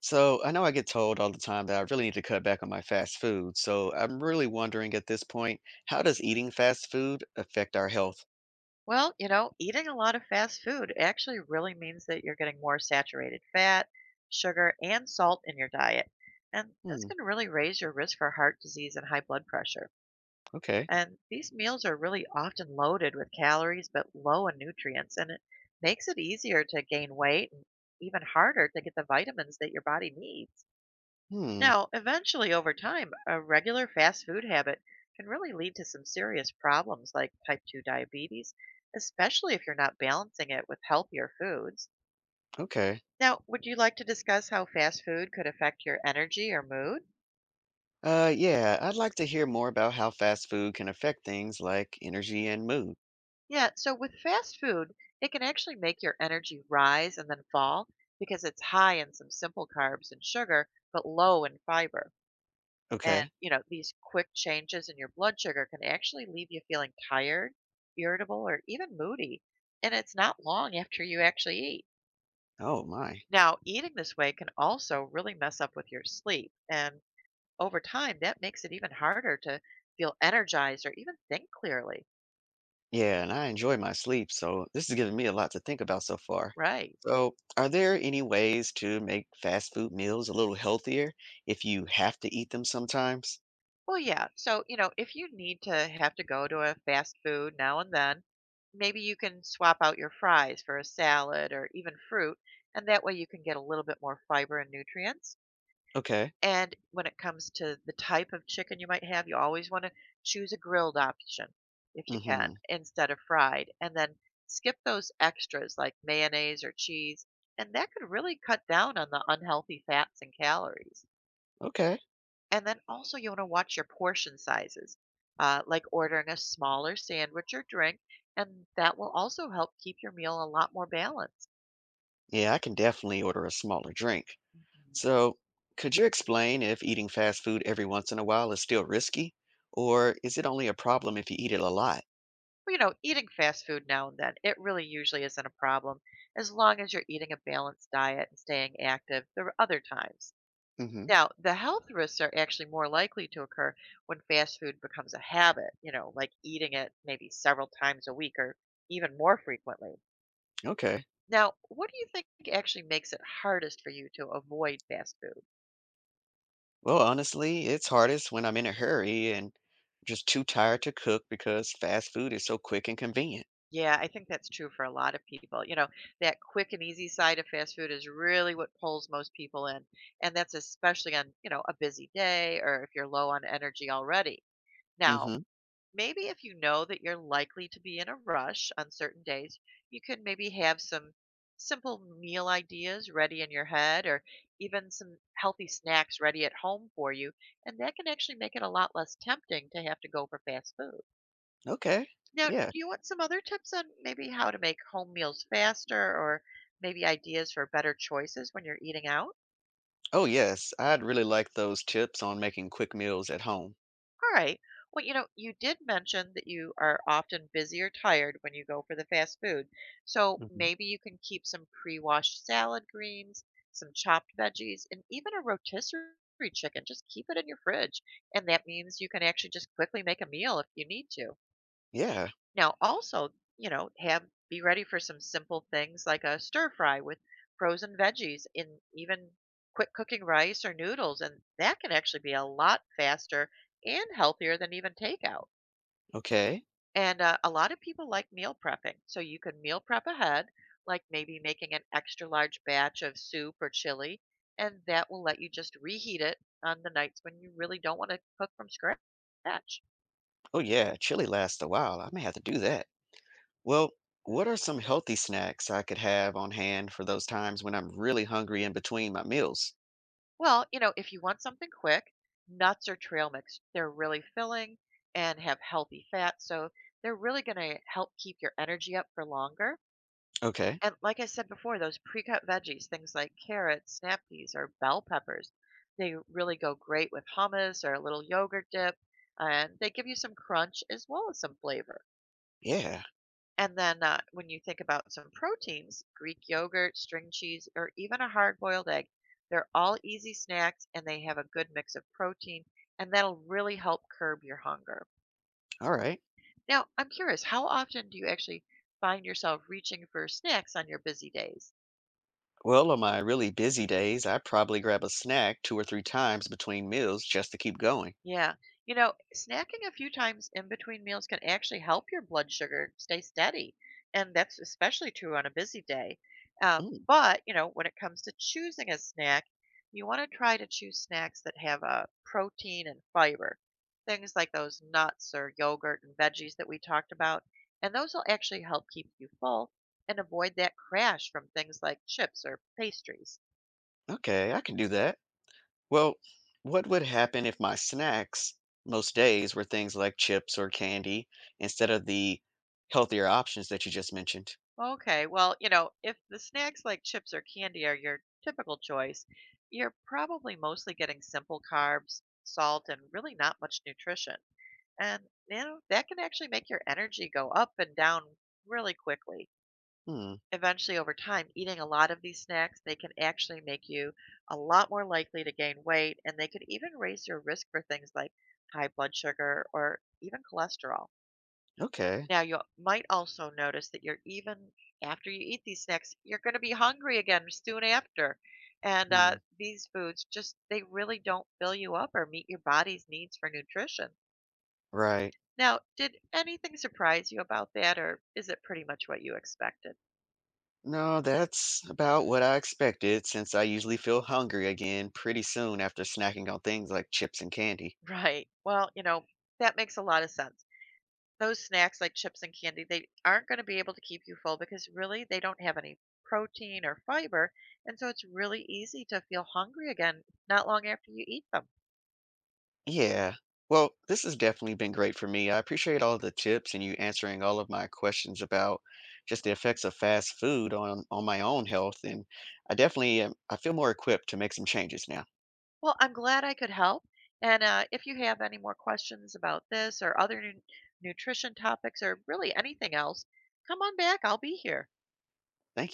So I know I get told all the time that I really need to cut back on my fast food. So I'm really wondering at this point, how does eating fast food affect our health? Well, you know, eating a lot of fast food actually really means that you're getting more saturated fat, sugar, and salt in your diet. And that's Hmm, going to really raise your risk for heart disease and high blood pressure. okay. And these meals are really often loaded with calories but low in nutrients, and it makes it easier to gain weight and even harder to get the vitamins that your body needs. Hmm, Now, eventually, over time, a regular fast food habit can really lead to some serious problems like type 2 diabetes, especially if you're not balancing it with healthier foods. okay. Now, would you like to discuss how fast food could affect your energy or mood? Yeah, I'd like to hear more about how fast food can affect things like energy and mood. Yeah, so with fast food, it can actually make your energy rise and then fall because it's high in some simple carbs and sugar, but low in fiber. And, Okay. you know, these quick changes in your blood sugar can actually leave you feeling tired, irritable, or even moody. And it's not long after you actually eat. Oh my. Now, eating this way can also really mess up with your sleep. And over time, that makes it even harder to feel energized or even think clearly. Yeah, and I enjoy my sleep, so this is giving me a lot to think about so far. Right. So, are there any ways to make fast food meals a little healthier if you have to eat them sometimes? Well, yeah. So, you know, if you need to have to go to a fast food now and then, maybe you can swap out your fries for a salad or even fruit, and that way you can get a little bit more fiber and nutrients. Okay. And when it comes to the type of chicken you might have, you always want to choose a grilled option if you can Mm-hmm. instead of fried, and then skip those extras like mayonnaise or cheese, and that could really cut down on the unhealthy fats and calories. Okay. And then also you want to watch your portion sizes, like ordering a smaller sandwich or drink, and that will also help keep your meal a lot more balanced. Yeah, I can definitely order a smaller drink. Mhm. So, could you explain if eating fast food every once in a while is still risky, or is it only a problem if you eat it a lot? Well, you know, eating fast food now and then, it really usually isn't a problem as long as you're eating a balanced diet and staying active the other times. Hmm. Now, the health risks are actually more likely to occur when fast food becomes a habit, you know, like eating it maybe several times a week or even more frequently. Okay. Now, what do you think actually makes it hardest for you to avoid fast food? Well, honestly, it's hardest when I'm in a hurry and just too tired to cook because fast food is so quick and convenient. Yeah, I think that's true for a lot of people. You know, that quick and easy side of fast food is really what pulls most people in. And that's especially on, you know, a busy day or if you're low on energy already. Now, Hmm. maybe if you know that you're likely to be in a rush on certain days, you can maybe have some simple meal ideas ready in your head or even some healthy snacks ready at home for you. And that can actually make it a lot less tempting to have to go for fast food. Okay. Now, Yeah. do you want some other tips on maybe how to make home meals faster or maybe ideas for better choices when you're eating out? Oh, yes. I'd really like those tips on making quick meals at home. All right. Well, you know, you did mention that you are often busy or tired when you go for the fast food. So Hmm. maybe you can keep some pre-washed salad greens, some chopped veggies, and even a rotisserie chicken. Just keep it in your fridge. And that means you can actually just quickly make a meal if you need to. Yeah. Now, also, you know, have be ready for some simple things like a stir fry with frozen veggies in even quick cooking rice or noodles, and that can actually be a lot faster and healthier than even takeout. Okay. And a lot of people like meal prepping, so you can meal prep ahead, like maybe making an extra large batch of soup or chili, and that will let you just reheat it on the nights when you really don't want to cook from scratch. Oh, yeah. Chili lasts a while. I may have to do that. Well, what are some healthy snacks I could have on hand for those times when I'm really hungry in between my meals? Well, you know, if you want something quick, nuts or trail mix, they're really filling and have healthy fat. So they're really going to help keep your energy up for longer. Okay. And like I said before, those pre cut veggies, things like carrots, snap peas, or bell peppers, they really go great with hummus or a little yogurt dip. And they give you some crunch as well as some flavor. Yeah. And then, when you think about some proteins, Greek yogurt, string cheese, or even a hard boiled egg, they're all easy snacks and they have a good mix of protein, and that'll really help curb your hunger. All right. Now, I'm curious, how often do you actually find yourself reaching for snacks on your busy days? Well, on my really busy days, I probably grab a snack two or three times between meals just to keep going. Yeah. You know, snacking a few times in between meals can actually help your blood sugar stay steady. And that's especially true on a busy day. Um, Mm, but, you know, when it comes to choosing a snack, you want to try to choose snacks that have protein and fiber, things like those nuts or yogurt and veggies that we talked about. And those will actually help keep you full and avoid that crash from things like chips or pastries. okay, I can do that. Well, what would happen if my snacks most days were things like chips or candy instead of the healthier options that you just mentioned? Okay, well, you know, if the snacks like chips or candy are your typical choice, you're probably mostly getting simple carbs, salt, and really not much nutrition. And, you know, that can actually make your energy go up and down really quickly. Hmm. Eventually, over time, eating a lot of these snacks, they can actually make you a lot more likely to gain weight, and they could even raise your risk for things like high blood sugar or even cholesterol. Okay. Now, you might also notice that you're even after you eat these snacks, you're going to be hungry again soon after. And Hmm. These foods just, they really don't fill you up or meet your body's needs for nutrition. Right. Now, did anything surprise you about that, or is it pretty much what you expected? No, that's about what I expected since I usually feel hungry again pretty soon after snacking on things like chips and candy. Right. Well, you know, that makes a lot of sense. Those snacks like chips and candy, they aren't going to be able to keep you full because really they don't have any protein or fiber. And so it's really easy to feel hungry again not long after you eat them. Yeah. Well, this has definitely been great for me. I appreciate all the tips and you answering all of my questions about just the effects of fast food on my own health, and I definitely I feel more equipped to make some changes now. Well, I'm glad I could help. And if you have any more questions about this or other nutrition topics or really anything else, come on back. I'll be here. Thank you.